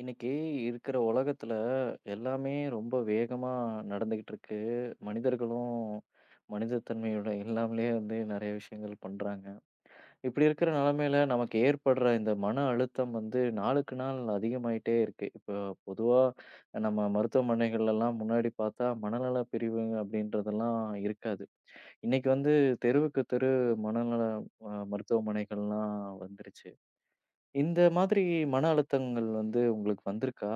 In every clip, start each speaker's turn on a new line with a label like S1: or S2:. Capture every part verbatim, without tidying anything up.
S1: இன்னைக்கு இருக்கிற உலகத்துல எல்லாமே ரொம்ப வேகமா நடந்துகிட்டு இருக்கு. மனிதர்களும் மனிதத்தன்மையோட இல்லாமலே வந்து நெறைய விஷயங்கள் பண்றாங்க. இப்படி இருக்கிற நிலைமையில நமக்கு ஏற்படுற இந்த மன அழுத்தம் வந்து நாளுக்கு நாள் அதிகமாயிட்டே இருக்கு. இப்போ பொதுவா நம்ம மருத்துவமனைகள்லாம் முன்னாடி பார்த்தா மனநல பிரிவு அப்படின்றதெல்லாம் இருக்காது. இன்னைக்கு வந்து தெருவுக்கு தெரு மனநல அ மருத்துவமனைகள்லாம் வந்துருச்சு. இந்த மாதிரி மன அழுத்தங்கள் வந்து உங்களுக்கு வந்திருக்கா?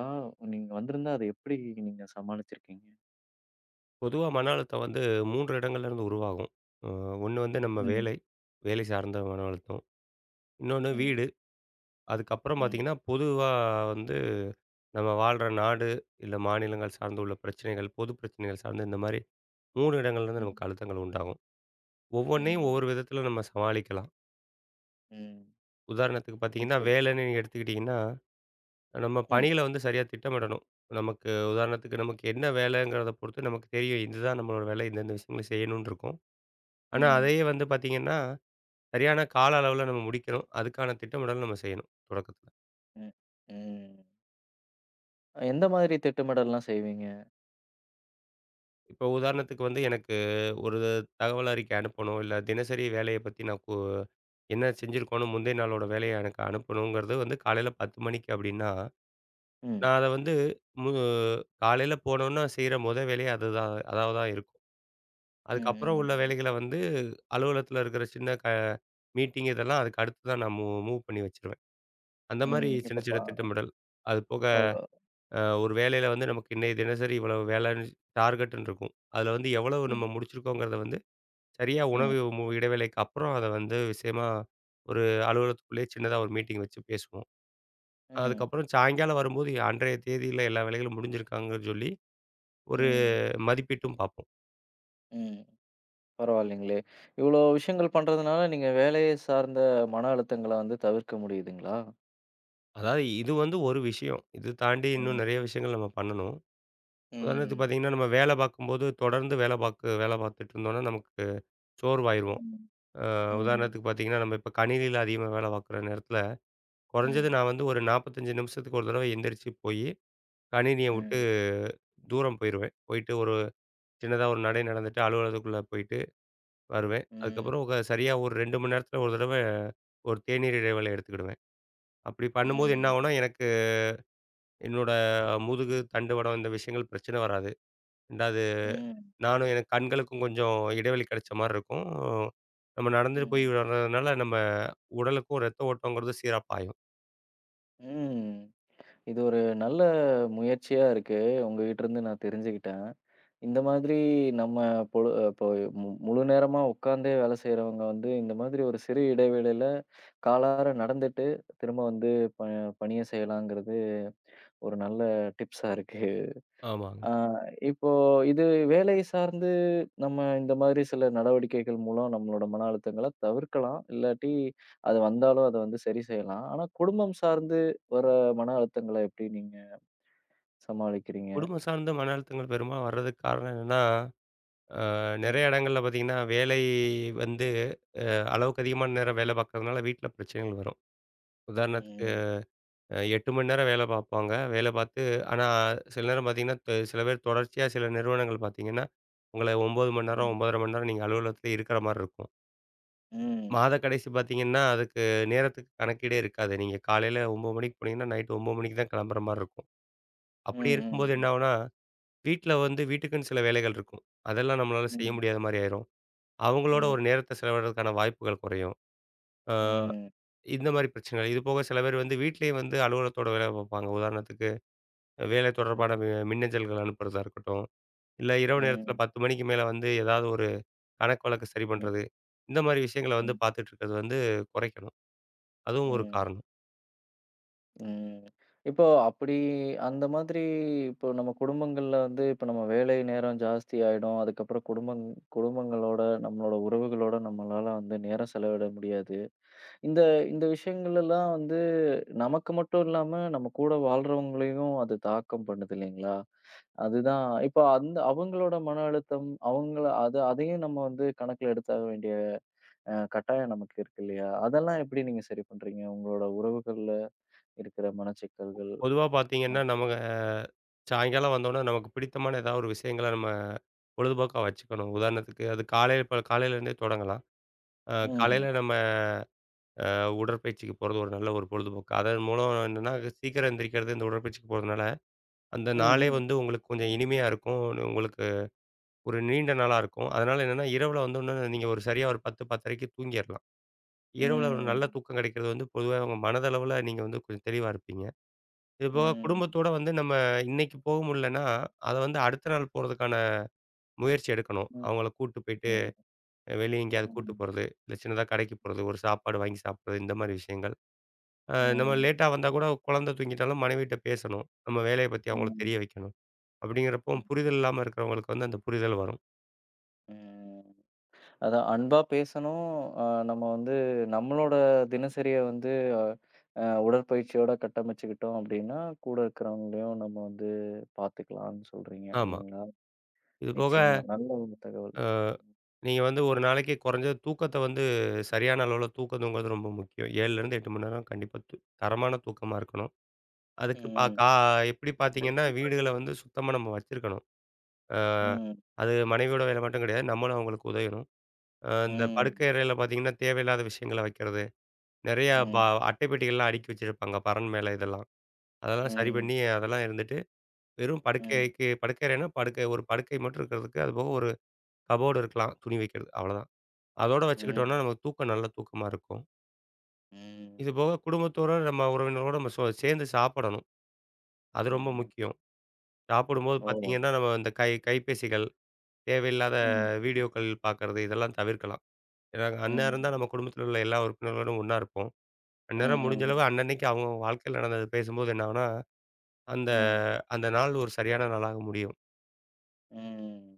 S1: நீங்க வந்திருந்தா அத எப்படி நீங்க சமாளிச்சிருக்கீங்க?
S2: பொதுவா மன அழுத்தம் வந்து மூன்று இடங்கள்ல இருந்து உருவாகும். அ ஒண்ணு வந்து நம்ம
S1: ம்.
S2: வேலை, வேலை சார்ந்த மன அழுத்தம். இன்னொன்னு
S1: ம்.
S2: வீடு. அதுக்கப்புறம்
S1: ம்.
S2: பார்த்தீங்கன்னா, பொதுவா வந்து நம்ம வாழ்ற நாடு, இல்ல மாநிலங்கள் சார்ந்து உள்ள பிரச்சனைகள், பொது பிரச்சனைகள் சார்ந்து இந்த மாரி மூன்று இடங்கள்ல இருந்து
S1: ம்.
S2: நமக்கு அழுத்தங்கள் உண்டாகும். ஒவ்வொன்னையும்
S1: ம்.
S2: ஒவ்வொரு விதத்தில நம்ம சமாளிக்கலாம்.
S1: ம்.
S2: உதாரணத்துக்கு பார்த்தீங்கன்னா,
S1: எப்படி?
S2: வேலைன்னு நீங்க எடுத்துக்கிட்டீங்கன்னா, நம்ம
S1: ம்.
S2: பணிகள வந்து சரியா திட்டமிடணும். நமக்கு உதாரணத்துக்கு நமக்கு என்ன வேலைங்கிறத பொறுத்து நமக்கு தெரியும். இதுதான் நம்மளோட வேலை. இந்த இந்த விஷயங்கள செய்யணும்னு இருக்கும். ஆனா,
S1: ம்.
S2: அதையே வந்து பார்த்தீங்கன்னா சரியான கால அளவுல நம்ம முடிக்கணும். அதுக்கான திட்டமிடல் நம்ம செய்யணும் தொடக்கத்துல.
S1: ம். ம். எந்த மாதிரி திட்டமிடல்லாம் செய்வீங்க?
S2: இப்போ உதாரணத்துக்கு வந்து எனக்கு ஒரு தகவல் அறிக்கை அனுப்பணும், இல்ல தினசரி வேலைய பத்தி நான் கு என்ன செஞ்சிருக்கோன்னு முந்தைய நாளோட வேலைய எனக்கு அனுப்பணுங்கிறது வந்து காலையில பத்து மணிக்கு அப்டின்னா,
S1: ம்.
S2: நான் அத வந்து மு காலையில போனோன்னா செய்ற மொத வேலையே அதுதான் அதா தான் இருக்கும்.
S1: ம்.
S2: அதுக்கப்புறம் உள்ள
S1: ம்.
S2: வேலைகள வந்து அலுவலகத்துல இருக்கிற சின்ன க மீட்டிங் இதெல்லாம் அதுக்கு அடுத்து தான் நான் மூ மூவ் பண்ணி வச்சுருவேன். அந்த மாரி
S1: ம். இப்ப
S2: சின்ன
S1: பா
S2: சின்ன திட்டமிடல். அது போக
S1: ஓ!
S2: அ ஒரு வேலையில வந்து நமக்கு இன்னைய தினசரி இவ்வளவு வேலைன்னு டார்கெட்ன்னு இருக்கும். அதில வந்து எவ்வளவு நம்ம
S1: ம்.
S2: முடிச்சிருக்கோங்கிறத வந்து சரியா
S1: ம்.
S2: உணவு மு இடைவேளைக்கு அப்புறம் அத வந்து விஷயமா ஒரு அலுவலகத்துக்குள்ளேயே சின்னதா ஒரு மீட்டிங் வச்சு பேசுவோம்.
S1: ம்.
S2: அதுக்கப்புறம் சாயங்காலம் வரும்போது அன்றைய தேதியில எல்லா வேலைகளும் முடிஞ்சிருக்காங்கன்னு சொல்லி ஒரு
S1: ம்.
S2: மதிப்பீட்டும் பார்ப்போம்.
S1: ம். பரவாயில்லைங்களே! இவ்ளோ விஷயங்கள் பண்றதுனால நீங்க வேலைய சார்ந்த மன அழுத்தங்கள வந்து தவிர்க்க முடியுதுங்களா?
S2: அதாவது இது வந்து ஒரு விஷயம். இது தாண்டி இன்னும்
S1: ம்.
S2: நிறைய விஷயங்கள் நம்ம பண்ணணும். உதாரணத்துக்கு
S1: ம்.
S2: பார்த்தீங்கன்னா, நம்ம வேலை பார்க்கும்போது தொடர்ந்து வேலை பாக்கு வேலை பார்த்துட்டு இருந்தோம்னா, நமக்கு சோர்வாயிருவோம்.
S1: ம்.
S2: அ
S1: ம்.
S2: உதாரணத்துக்கு பார்த்தீங்கன்னா, நம்ம இப்ப கணினியில அதிகமா வேலை பார்க்குற நேரத்தில குறைஞ்சது
S1: ம்.
S2: நான் வந்து ஒரு நாற்பத்தி ஐந்து நிமிஷத்துக்கு ஒரு தடவை எந்திரிச்சு போயி, கணினிய விட்டு
S1: ம்,
S2: தூரம் போயிருவேன். போயிட்டு ஒரு சின்னதா ஒரு நடை நடந்துட்டு அலுவலகத்துக்குள்ள போயிட்டு வருவேன்.
S1: ம்,
S2: அதுக்கப்புறம் க சரியா ஒரு ரெண்டு மணி நேரத்துல ஒரு தடவ ஒரு தேநீர் இடைவேளை எடுத்துக்கிடுவேன். அப்படி பண்ணும்போது என்ன
S1: ம்,
S2: ஆகும்னா, எனக்கு என்னோட முதுகு, தண்டுவடம் இந்த விஷயங்கள் பிரச்சனை வராது. இரண்டாவது
S1: ம்,
S2: நானும் எனக்கு கண்களுக்கும் கொஞ்சம் இடைவெளி கிடைச்ச மாரி இருக்கும். நம்ம நடந்துட்டு போய்
S1: ம்,
S2: வர்றதுனால நம்ம உடலுக்கும் ரத்த ஓட்டங்கிறது சீரா பாயும்.
S1: ம். இது ஒரு நல்ல முயற்சியா இருக்கு. உங்ககிட்ட இருந்து நான் தெரிஞ்சுக்கிட்டேன். இந்த மாதிரி நம்ம பொழு இப்போ மு முழு நேரமா உட்கார்ந்தே வேலை செய்றவங்க வந்து, இந்த மாதிரி ஒரு சிறு இடைவேளையில காலாற நடந்துட்டு, திரும்ப வந்து ப பணிய செய்யலாங்கிறது ஒரு நல்ல டிப்ஸா இருக்கு.
S2: ஆமாங்க.
S1: ஆ, இப்போ இது வேலை சார்ந்து நம்ம இந்த மாதிரி சில நடவடிக்கைகள் மூலம் நம்மளோட மன அழுத்தங்கள தவிர்க்கலாம். இல்லாட்டி அது வந்தாலும் அத வந்து சரி செய்யலாம். ஆனா குடும்பம் சார்ந்து வர மன அழுத்தங்கள எப்படி நீங்க சமாளிக்கிறீங்க?
S2: குடும்பம் சார்ந்த மன அழுத்தங்கள் பெரும்பாலும் வர்றதுக்கு காரணம் என்னன்னா அ
S1: ம்,
S2: நெறைய இடங்கள்ல பார்த்தீங்கன்னா, வேலை வந்து அ அளவுக்கு அதிகமான நேரம் வேலை பார்க்கறதுனால வீட்ல பிரச்சனைகள் வரும். உதாரணத்துக்கு
S1: ம்,
S2: அ எட்டு மணி நேரம் வேலை பார்ப்பாங்க. வேலை பார்த்து ஆனா சில நேரம் பார்த்தீங்கன்னா, த சில பேர் தொடர்ச்சியா சில நிறுவனங்கள் பார்த்தீங்கன்னா, உங்கள ஒன்பது மணி நேரம்,
S1: ம்.
S2: ஒன்பதரை மணி நேரம் நீங்க அலுவலகத்திலே இருக்கிற மாரி இருக்கும்.
S1: ம்,
S2: மாத கடைசி பார்த்தீங்கன்னா, அதுக்கு நேரத்துக்கு கணக்கீடே இருக்காது. நீங்க காலையில ஒன்பது மணிக்கு போனீங்கன்னா, நைட் ஒன்பது மணிக்கு தான் கிளம்புற மாரி இருக்கும். அப்படி
S1: ம்,
S2: இருக்கும்போது
S1: ம்,
S2: என்ன ஆகும்னா, வீட்ல வந்து வீட்டுக்குன்னு சில வேலைகள் இருக்கும். அதெல்லாம் நம்மளால செய்ய
S1: ம்,
S2: முடியாத மாரி ஆயிரும்.
S1: ம்,
S2: அவங்களோட
S1: ம்,
S2: ஒரு நேரத்த செலவிடுறதுக்கான வாய்ப்புகள் குறையும். அ
S1: ம்,
S2: இந்த மாரி பிரச்சனைகள். இது போக சில பேர் வந்து வீட்லயும் வந்து அலுவலகத்தோட வேலை பார்ப்பாங்க. உதாரணத்துக்கு வேலை
S1: ம்,
S2: தொடர்பான மி மின்னஞ்சல்கள் அனுப்புறதா இருக்கட்டும், இல்ல இரவு நேரத்தில
S1: ம்,
S2: பத்து மணிக்கு மேல வந்து ஏதாவது ஒரு கணக்கு வழக்கு சரி
S1: ம்,
S2: பண்றது. இந்த மாரி விஷயங்கள வந்து
S1: ம்,
S2: பார்த்துட்டு இருக்கிறது வந்து குறைக்கணும். அதுவும் ஒரு
S1: ம்.
S2: காரணம்.
S1: ம். இப்போ அப்படி அந்த மாதிரி இப்போ நம்ம குடும்பங்கள்ல வந்து இப்போ நம்ம வேலை நேரம் ஜாஸ்தி ஆயிடும். அதுக்கப்புறம் குடும்பங் குடும்பங்களோட, நம்மளோட உறவுகளோட நம்மளால வந்து நேரம் செலவிட முடியாது. இந்த இந்த விஷயங்கள் எல்லாம் வந்து நமக்கு மட்டும் இல்லாம நம்ம கூட வாழ்றவங்களையும் அது தாக்கம் பண்ணுது இல்லைங்களா? அதுதான் இப்போ அந்த அவங்களோட மன அழுத்தம், அவங்கள அது அதையும் நம்ம வந்து கணக்குல எடுத்தாக வேண்டிய அ கட்டாயம் நமக்கு இருக்கு இல்லையா? அதெல்லாம் எப்படி நீங்க சரி பண்றீங்க? உங்களோட உறவுகள்ல இருக்கிற மனச்சிக்கல்கள்.
S2: பொதுவா பார்த்தீங்கன்னா, நமக்கு அஹ், சாயங்காலம் வந்தோனே நமக்கு பிடித்தமான ஏதாவது ஒரு விஷயங்கள நம்ம பொழுதுபோக்கா வச்சுக்கணும். உதாரணத்துக்கு அது காலையில இப்ப காலையிலேருந்தே தொடங்கலாம். அ
S1: హుహు.
S2: காலையில நம்ம உடற்பயிற்சிக்கு போறது ஒரு நல்ல ஒரு பொழுதுபோக்கு. அதன் மூலம் என்னன்னா, சீக்கிரம் எந்திரிக்கிறது, இந்த உடற்பயிற்சிக்கு போறதுனால, அந்த
S1: హ్మ్.
S2: நாளே
S1: హ్మ్.
S2: வந்து உங்களுக்கு கொஞ்சம் இனிமையா இருக்கும். உங்களுக்கு ஒரு நீண்ட நாளா இருக்கும். அதனால என்னன்னா, இரவுல வந்து இன்னும் நீங்க ஒரு சரியா ஒரு பத்து, 10:30க்கு தூங்கிரலாம். இரவுல ஒரு நல்ல
S1: హ్మ్.
S2: தூக்கம் கிடைக்கிறது வந்து பொதுவா உங்க மனதளவுல நீங்க வந்து கொஞ்சம் தெளிவா இருப்பீங்க. இதுபோக
S1: హ్మ్.
S2: குடும்பத்தோட வந்து நம்ம இன்னைக்கு போக முடியலன்னா, அத வந்து அடுத்த நாள் போறதுக்கான முயற்சி எடுக்கணும்.
S1: హ్మ్.
S2: அவங்கள கூட்டு போயிட்டு
S1: హ్మ్.
S2: வெளிய எங்கேயாவது
S1: హ్మ్.
S2: கூட்டு போறது, இல்ல சின்னதா கடைக்கு போறது, ஒரு சாப்பாடு வாங்கி சாப்பிடுறது இந்த மாரி விஷயங்கள். அ நம்ம
S1: ம்.
S2: லேட்டா வந்தா கூட குழந்தை தூங்கிட்டாலும் மனைவிட்ட பேசணும். நம்ம வேலைய பத்தி அவங்களுக்கு
S1: ம்.
S2: தெரிய வைக்கணும். அப்படிங்கிறப்போ
S1: ம்.
S2: புரிதல் இல்லாம இருக்கிறவங்களுக்கு வந்து அந்த புரிதல் வரும்.
S1: ம். அதான் அன்பா பேசணும். அ நம்ம வந்து நம்மளோட தினசரிய வந்து அ உடற்பயிற்சியோட கட்டமைச்சுக்கிட்டோம் அப்டின்னா, கூட இருக்கிறவங்களையும் நம்ம வந்து பார்த்துக்கலாம்னு சொல்றீங்க
S2: ஆமா.
S1: இல்லைங்களா?
S2: இது போக
S1: நிச்சயமா. நல்ல ஒரு தகவல்.
S2: அ நீங்க வந்து ஒரு நாளைக்கு குறைஞ்சது தூக்கத்த வந்து சரியான அளவுல தூக்கம் தூங்குறது ரொம்ப முக்கியம். ஏழிலிருந்து எட்டு மணி நேரம் கண்டிப்பா தூ தரமான தூக்கமா இருக்கணும். அதுக்கு பா
S1: ம்.
S2: கா எப்படி
S1: அது
S2: பார்த்தீங்கன்னா,
S1: எப்படி பாத்
S2: வீடுகள வந்து சுத்தமா நம்ம வச்சிருக்கணும். அ
S1: ம்.
S2: அது மனைவியோட வேலை மட்டும் கிடையாது. நம்மளும் அவங்களுக்கு உதவணும். அ இந்த
S1: ம்.
S2: படுக்கை அறையில பார்த்தீங்கன்னா, தேவையில்லாத விஷயங்கள வைக்கிறது. நெறையா
S1: ம்.
S2: பா அட்டை பெட்டிகள்லாம் அடுக்கி வச்சிருப்பாங்க. பறன் மேல இதெல்லாம். அதெல்லாம் சரி
S1: ம்.
S2: பண்ணி, அதெல்லாம் இருந்துட்டு, வெறும்
S1: ம்.
S2: படுக்கைக்கு படுக்கை அறைன்னா படுக்கை ஒரு படுக்கை மட்டும் இருக்கிறதுக்கு, அதுபோக ஒரு கபோர்டு இருக்கலாம். துணி வைக்கிறது அவ்வளோதான். அதோட
S1: ம்.
S2: வச்சுக்கிட்டோம்னா, நமக்கு தூக்கம் நல்ல தூக்கமா இருக்கும்.
S1: ம்.
S2: இது போக குடும்பத்தோட நம்ம உறவினரோட நம்ம சோ சேர்ந்து சாப்பிடணும். அது ரொம்ப
S1: ம்.
S2: முக்கியம். சாப்பிடும்போது
S1: ஓ!
S2: பார்த்தீங்கன்னா, நம்ம இந்த கை கைபேசிகள், தேவையில்லாத
S1: ம்.
S2: வீடியோக்கள் பார்க்கறது இதெல்லாம் தவிர்க்கலாம். ஏன்னா, அந்நேரம் தான்
S1: ம்.
S2: நம்ம குடும்பத்தில உள்ள எல்லா உறுப்பினர்களோடும் ஒண்ணா இருப்போம். அந்நேரம் முடிஞ்ச
S1: ம்ஹ்ஹ்ம்.
S2: அளவு
S1: ம்.
S2: அன்னன்னைக்கு அவங்க வாழ்க்கையில நடந்தது பேசும்போது என்ன ஆகும்னா, அந்த
S1: ம்.
S2: அந்த நாள் ஒரு சரியான நாளாக முடியும்.
S1: ம், ம்.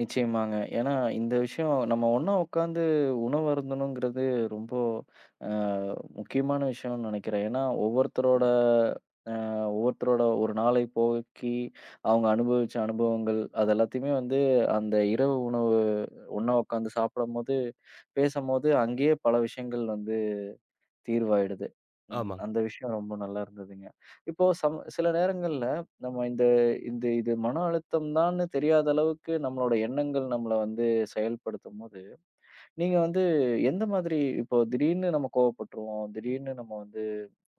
S1: நிச்சயமாங்க. ஏன்னா இந்த விஷயம் நம்ம ஒண்ணா உட்காந்து உணவு அருந்தணுங்கிறது ரொம்ப அ முக்கியமான விஷயம்னு நினைக்கிறேன். ஏன்னா ஒவ்வொருத்தரோட அ ஒவ்வொருத்தரோட ஒரு நாளை போக்கி, அவங்க அனுபவிச்ச அனுபவங்கள் அது எல்லாத்தையுமே வந்து அந்த இரவு உணவு ஒண்ணா உட்காந்து சாப்பிடும்போது, பேசும்போது அங்கேயே பல விஷயங்கள் வந்து தீர்வாயிடுது. ம்.
S2: ஆமா.
S1: அந்த விஷயம் ரொம்ப நல்லா இருந்ததுங்க. இப்போ சம் சில நேரங்கள்ல நம்ம இந்த இந்த இது மன அழுத்தம் தான்னு தெரியாத அளவுக்கு நம்மளோட எண்ணங்கள் நம்மள வந்து செயல்படுத்தும்போது, நீங்க வந்து எந்த மாதிரி இப்போ திடீர்னு நம்ம கோவப்பட்டுருவோம். திடீர்னு நம்ம வந்து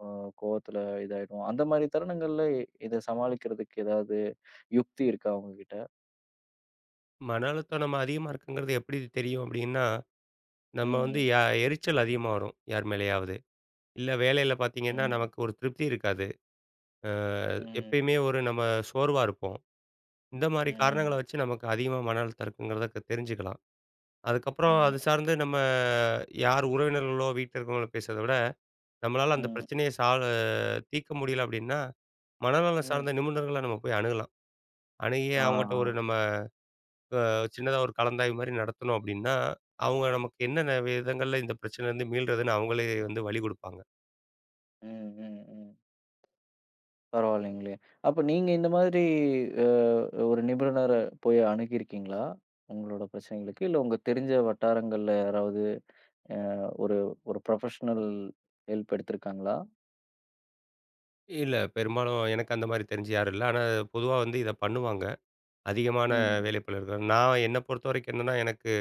S1: அ கோவத்துல இதாயிடுவோம். அந்த மாரி தருணங்கள்ல இத சமாளிக்கிறதுக்கு ஏதாவது யுக்தி இருக்கா உங்ககிட்ட?
S2: மன அழுத்தம் நம்ம அதிகமா இருக்குங்கிறது எப்படி தெரியும் அப்படின்னா, நம்ம வந்து
S1: ம்.
S2: ய எரிச்சல் அதிகமா வரும் யார் மேலயாவது. இல்ல வேலையில பார்த்தீங்கன்னா,
S1: ம்.
S2: நமக்கு ஒரு திருப்தி இருக்காது. அ
S1: ம்.
S2: எப்பயுமே ஒரு நம்ம சோர்வா இருப்போம். இந்த மாரி காரணங்கள
S1: ம்.
S2: வச்சு நமக்கு அதிகமா மன அழுத்தம் இருக்குங்கிறத க தெரிஞ்சுக்கலாம். அதுக்கப்புறம்
S1: ம்.
S2: அது சார்ந்து நம்ம யார் உறவினர்களோ, வீட்ல இருக்கவங்களோ பேசுறத விட, நம்மளால அந்த
S1: ம்.
S2: பிரச்சனைய சால்வ் தீர்க்க முடியல அப்படின்னா, மனநலம்
S1: ம்.
S2: சார்ந்த நிபுணர்கள நம்ம போய் அணுகலாம். அணுகி
S1: ஆ.
S2: அவங்கட்ட ஒரு நம்ம சின்னதா ஒரு கலந்தாய்வு மாரி நடத்துனோம் அப்படின்னா, அவங்க நமக்கு என்னென்ன விதங்கள்ல இந்த பிரச்சனைலேருந்து மீள்றதுன்னு அவங்களே வந்து வழி குடுப்பாங்க.
S1: ம். ம். ம். பரவாயில்லைங்களே! அப்ப நீங்க இந்த மாதிரி அ ஒரு நிபுணர போய் அணுகியிருக்கீங்களா? உங்களோட பிரச்சனைகளுக்கு. இல்ல உங்க தெரிஞ்ச வட்டாரங்கள்ல யாராவது ஒரு ஒரு ப்ரொஃபஷனல் ஹெல்ப் எடுத்திருக்காங்களா?
S2: இல்ல பெரும்பாலும் எனக்கு அந்த மாரி தெரிஞ்சு யாரும் இல்ல. ஆனா பொதுவா வந்து இத பண்ணுவாங்க. அதிகமான
S1: ம்,
S2: வேலைப்பளு இருக்கிற நான் என்ன பொறுத்தவரைக்கும் என்னன்னா, எனக்கு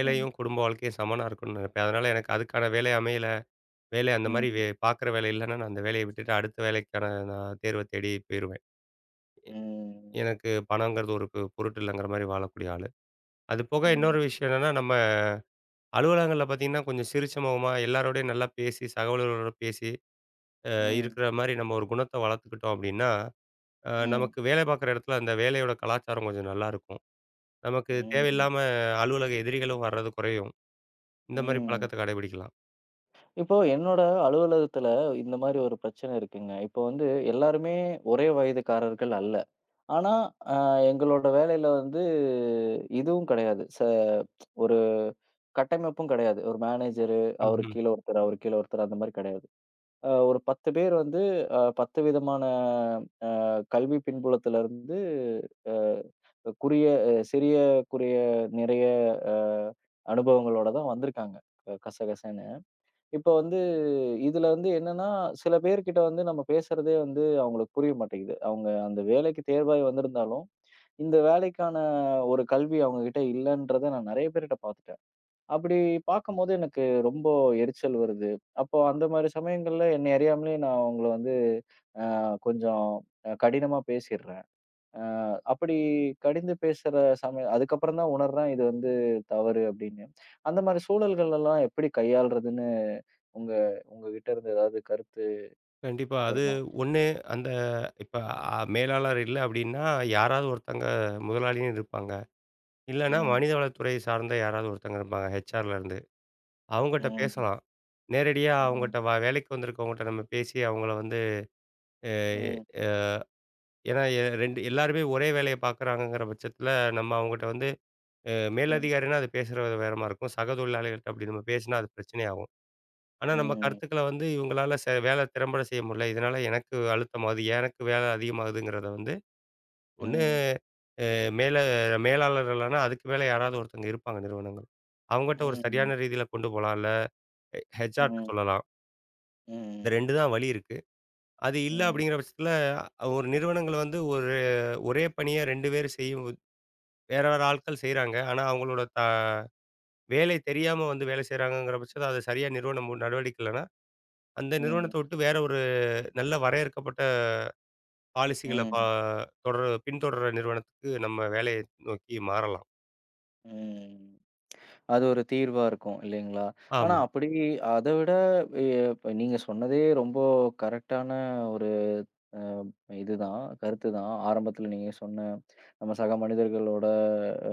S1: ம்,
S2: குடும்ப வாழ்க்கையும் சமனா இருக்கணும்னு நினைப்பேன். அதனால எனக்கு அதுக்கான வேலை அமையல, வேலை அந்த
S1: ம்,
S2: மாரி வே
S1: ம்,
S2: பார்க்குற வேலை இல்லன்னா, நான் அந்த வேலைய விட்டுட்டு அடுத்த வேலைக்கான நான் தேர்வ தேடி போயிருவேன். எ
S1: ம்,
S2: எனக்கு பணங்கிறது ஒரு பொ பொருட்டு இல்லங்கிற மாரி வாழக்கூடிய ஆளு. அது போக இன்னொரு விஷயம் என்னன்னா, நம்ம அலுவலகங்கள்ல பார்த்தீங்கன்னா, கொஞ்சம் சிரிச்ச முகமா எல்லாரோடையும் நல்லா பேசி, சக ஊழியர்களோட பேசி, அ
S1: ம்,
S2: இருக்கிற மாரி நம்ம ஒரு குணத்த வளர்த்துக்கிட்டோம் அப்டின்னா, அ
S1: ம்,
S2: நமக்கு வேலை பார்க்குற இடத்துல அந்த வேலையோட கலாச்சாரம் கொஞ்சம் நல்லாருக்கும். நமக்கு தேவையில்லாம
S1: ம்,
S2: அலுவலக எதிரிகளும் வர்றது குறையும். இந்த மாரி
S1: ம்.
S2: பழக்கத்த கடைபிடிக்கலாம்.
S1: இப்போ என்னோட அலுவலகத்துல இந்த மாரி ஒரு பிரச்சனை இருக்குங்க. இப்போ வந்து எல்லாருமே ஒரே வயதுக்காரர்கள் அல்ல. ஆனா, அ எங்களோட வேலையில வந்து இதுவும் கிடையாது. ச ஒரு கட்டமைப்பும் கிடையாது. ஒரு மேனேஜரு, அவருக்கு
S2: ம்ஹ்ம்.
S1: கீழ ஒருத்தர், அவருக்கு கீழ ஒருத்தர் அந்த மாரி கிடையாது. அ ஒரு பத்து பேர் வந்து அ பத்து விதமான அ கல்வி பின்புலத்துல இருந்து அ குறிய அ சிறிய, குறிய நிறைய அ அனுபவங்களோட தான் வந்திருக்காங்க. அ கசகசன்னு. இப்ப வந்து இதுல வந்து என்னன்னா, சில பேர்கிட்ட வந்து நம்ம பேசுறதே வந்து அவங்களுக்கு புரிய மாட்டேங்குது. அவங்க அந்த வேலைக்கு தேர்வாகி வந்திருந்தாலும் இந்த வேலைக்கான ஒரு கல்வி அவங்ககிட்ட இல்லன்றத நான் நெறைய பேர்ட்ட பார்த்துட்டேன். அப்படி பார்க்கும்போது எனக்கு ரொம்ப எரிச்சல் வருது. அப்போ அந்த மாரி சமயங்கள்ல என்னை அறியாமலேயே நான் அவங்கள வந்து அ கொஞ்சம் அ கடினமா பேசிடுறேன். அப்படி கடிந்து பேசுற சமயம் அதுக்கப்புறம் தான் உணர்றேன் இது வந்து தவறு அப்படின்னு. அந்த மாரி சூழல்கள் எல்லாம் எப்படி கையாள்றதுன்னு உங்க உங்ககிட்ட இருந்து ஏதாவது கருத்து
S2: கண்டிப்பா. அது
S1: வருமா?
S2: ஒன்று அந்த இப்ப அ மேலாளர் இல்ல அப்டின்னா, யாராவது ஒருத்தங்க முதலாளின்னு இருப்பாங்க. இல்லன்னா
S1: ம்,
S2: மனிதவளத்துறை சார்ந்த யாராவது ஒருத்தங்க இருப்பாங்க. ஹெச்ஆர்ல இருந்து. அவங்கட்ட
S1: ம்,
S2: பேசலாம். நேரடியா
S1: ம்,
S2: அவங்கட்ட வ வேலைக்கு வந்திருக்கவங்கட்ட நம்ம பேசி அவங்கள வந்து அ
S1: ம், ம்,
S2: அ ஏன்னா எ ரெண்டு எல்லாருமே ஒரே வேலைய பார்க்குறாங்கங்கிற பட்சத்தில நம்ம அவங்கட்ட வந்து அ
S1: ம்,
S2: மேலதிகாரினா அது பேசுறது வேறமா இருக்கும். சக தொழிலாளிகள்ட்ட அப்படி நம்ம பேசினா அது பிரச்சனையாகும். ஆனா நம்ம
S1: ம்,
S2: கருத்துக்கள வந்து இவங்களால செ வேலை திறம்பட செய்ய முடியல. இதனால எனக்கு அழுத்தமாகுது, எனக்கு வேலை அதிகமாகுதுங்கிறத வந்து ஒண்ணு
S1: ம்,
S2: அ மேல மேலாளர்கள்னா அதுக்கு மேல யாராவது ஒருத்தவங்க இருப்பாங்க நிறுவனங்கள். அவங்கட்ட ஒரு சரியான ரீதியில கொண்டு போலாம். இல்ல ஹெச்ஆர்ட்ட
S1: ம்,
S2: சொல்லலாம். இந்த ரெண்டு
S1: ம்,
S2: தான் வழி இருக்கு. அது இல்ல
S1: ம்.
S2: அப்படிங்கிற பட்சத்தில, ஒரு நிறுவனங்கள் வந்து ஒரு ஒரே பணிய ரெண்டு பேர் செய்யும் வேற வேற ஆட்கள் செய்றாங்க. ஆனா அவங்களோட த வேலை தெரியாம வந்து வேலை செய்றாங்கங்கிற பட்சத்தில, அத சரியா நிறுவனம் மு- நடவடிக்கை இல்லன்னா, அந்த
S1: ம்,
S2: நிறுவனத்த விட்டு வேற ஒரு நல்ல வரையறுக்கப்பட்ட பாலிசிகள பா
S1: ம்,
S2: தொடர் பின்தொடர்ற நிறுவனத்துக்கு நம்ம வேலைய நோக்கி மாறலாம்.
S1: ம். அது ஒரு தீர்வா இருக்கும் இல்லைங்களா? ஆனா
S2: ஆமா.
S1: அப்படி அத விட எ இப்ப நீங்க சொன்னதே ரொம்ப கரெக்ட்டான ஒரு அ இதுதான், கருத்து தான். ஆரம்பத்தில நீங்க சொன்ன நம்ம சக மனிதர்களோட அ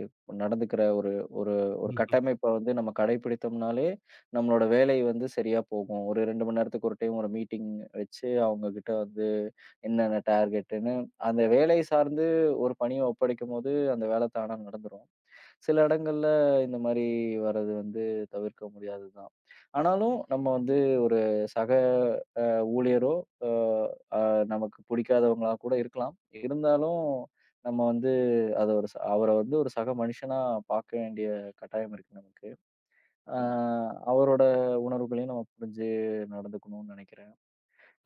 S1: இப் நடந்துக்கிற ஒரு ஒரு ஒரு
S2: ம்ஹ்ம்.
S1: கட்டமைப்ப வந்து நம்ம கடைபிடித்தோம்னாலே, நம்மளோட வேலை வந்து சரியா போகும். ஒரு இரண்டு மணி நேரத்துக்கு ஒரு டைம் ஒரு மீட்டிங் வச்சு, அவங்ககிட்ட வந்து என்னென்ன டார்கெட்டுன்னு அந்த வேலை சார்ந்து ஒரு பணிய ஒப்படைக்கும்போது, அந்த வேலை தானா நடந்துரும். சில இடங்கள்ல இந்த மாரி வர்றது வந்து தவிர்க்க முடியாதது தான். ஆனாலும் நம்ம வந்து ஒரு சக ஊழியரோ, அ அ நமக்கு பிடிக்காதவங்களா கூட இருக்கலாம். இருந்தாலும் நம்ம வந்து அத ஒரு அவர வந்து ஒரு சக மனுஷனா பார்க்க வேண்டிய கட்டாயம் இருக்கு நமக்கு. அ ம். அவரோட உணர்வுகளையும் நம்ம புரிஞ்சு நடந்துக்கணும்னு நினைக்கிறேன்.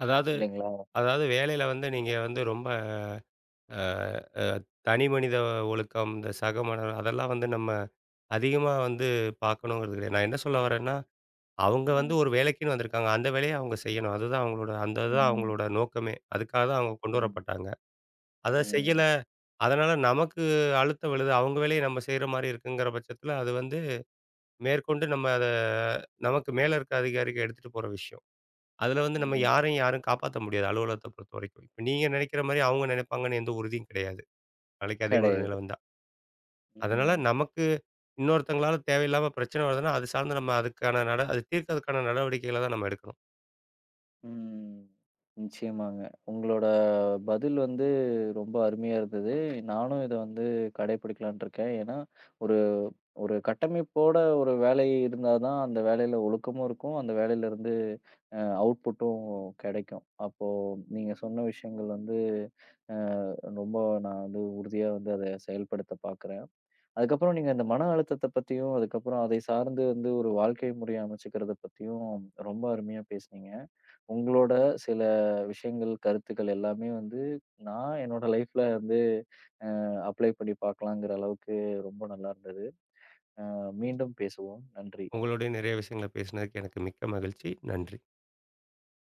S2: அதாவது
S1: இல்லைங்களா?
S2: அதாவது வேலையில வந்து நீங்க வந்து ரொம்ப அ அ தனி மனித ஒழுக்கம், இந்த சக மனிதர் அதெல்லாம் வந்து நம்ம அதிகமா வந்து பார்க்கணுங்கிறது கிடையாது. நான் என்ன சொல்ல வரேன்னா அவங்க வந்து
S1: ம்.
S2: ஒரு வேலைக்குன்னு வந்திருக்காங்க. அந்த வேலைய அவங்க செய்யணும். அதுதான் அவங்களோட அந்த இதுதான்
S1: ம்,
S2: அவங்களோட நோக்கமே. அதுக்காக தான் அவங்க கொண்டு
S1: ம்,
S2: வரப்பட்டாங்க. அத செய்யல.
S1: ம்,
S2: அதனால நமக்கு அழுத்தம் விழுது. அவங்க வேலைய நம்ம செய்ற மாரி இருக்குங்கிற பட்சத்தில, அது வந்து மேற்கொண்டு நம்ம அத நமக்கு மேல இருக்க அதிகாரிக்கு எடுத்துட்டு போற விஷயம். அதில வந்து நம்ம
S1: ம்.
S2: யாரையும் யாரும் காப்பாத்த முடியாது, அலுவலகத்த பொறுத்தவரைக்கும். இப்ப நீங்க நெனைக்கிற மாரி அவங்க நெனைப்பாங்கன்னு எந்த உறுதியும் கிடையாது. நாளைக்கு அதே மாரி
S1: கிடையாது.
S2: நிலை வந்தா. அதனால
S1: ம்.
S2: நமக்கு இன்னொருத்தங்களால தேவையில்லாம பிரச்சனை வருதுன்னா, அது சார்ந்து நம்ம அதுக்கான நட அது தீர்க்கறதுக்கான நடவடிக்கைகள தான் நம்ம எடுக்கணும்.
S1: ம். நிச்சயமாங்க. உங்களோட பதில் வந்து ரொம்ப அருமையா இருந்தது. நானும் இத வந்து கடைபிடிக்கலாம்ன்னு இருக்கேன். ஏன்னா, ஒரு ஒரு கட்டமைப்போட ஒரு வேலை இருந்தா தான் அந்த வேலையில ஒழுக்கமும் இருக்கும். அந்த வேலையிலருந்து அ அவுட்புட்டும் கெடைக்கும். அப்போ நீங்க சொன்ன விஷயங்கள் வந்து அ ரொம்ப நான் வந்து உறுதியா வந்து அத செயல்படுத்த பாக்குறேன். அதுக்கப்புறம் நீங்க இந்த மன அழுத்தத்த பத்தியும், அதுக்கப்புறம் அதை சார்ந்து வந்து ஒரு வாழ்க்கை முறைய அமைச்சுக்கிறத பத்தியும் ரொம்ப அருமையா பேசுனீங்க. உங்களோட சில விஷயங்கள், கருத்துக்கள் எல்லாமே வந்து நான் என்னோட லைஃப்ல வந்து அப்ளை பண்ணி பார்க்கலாங்கிற அளவுக்கு ரொம்ப நல்லா இருந்தது. அ மீண்டும் பேசுவோம். நன்றி.
S2: உங்களோடயும் நிறைய விஷயங்கள பேசினதுக்கு எனக்கு மிக்க மகிழ்ச்சி. நன்றி.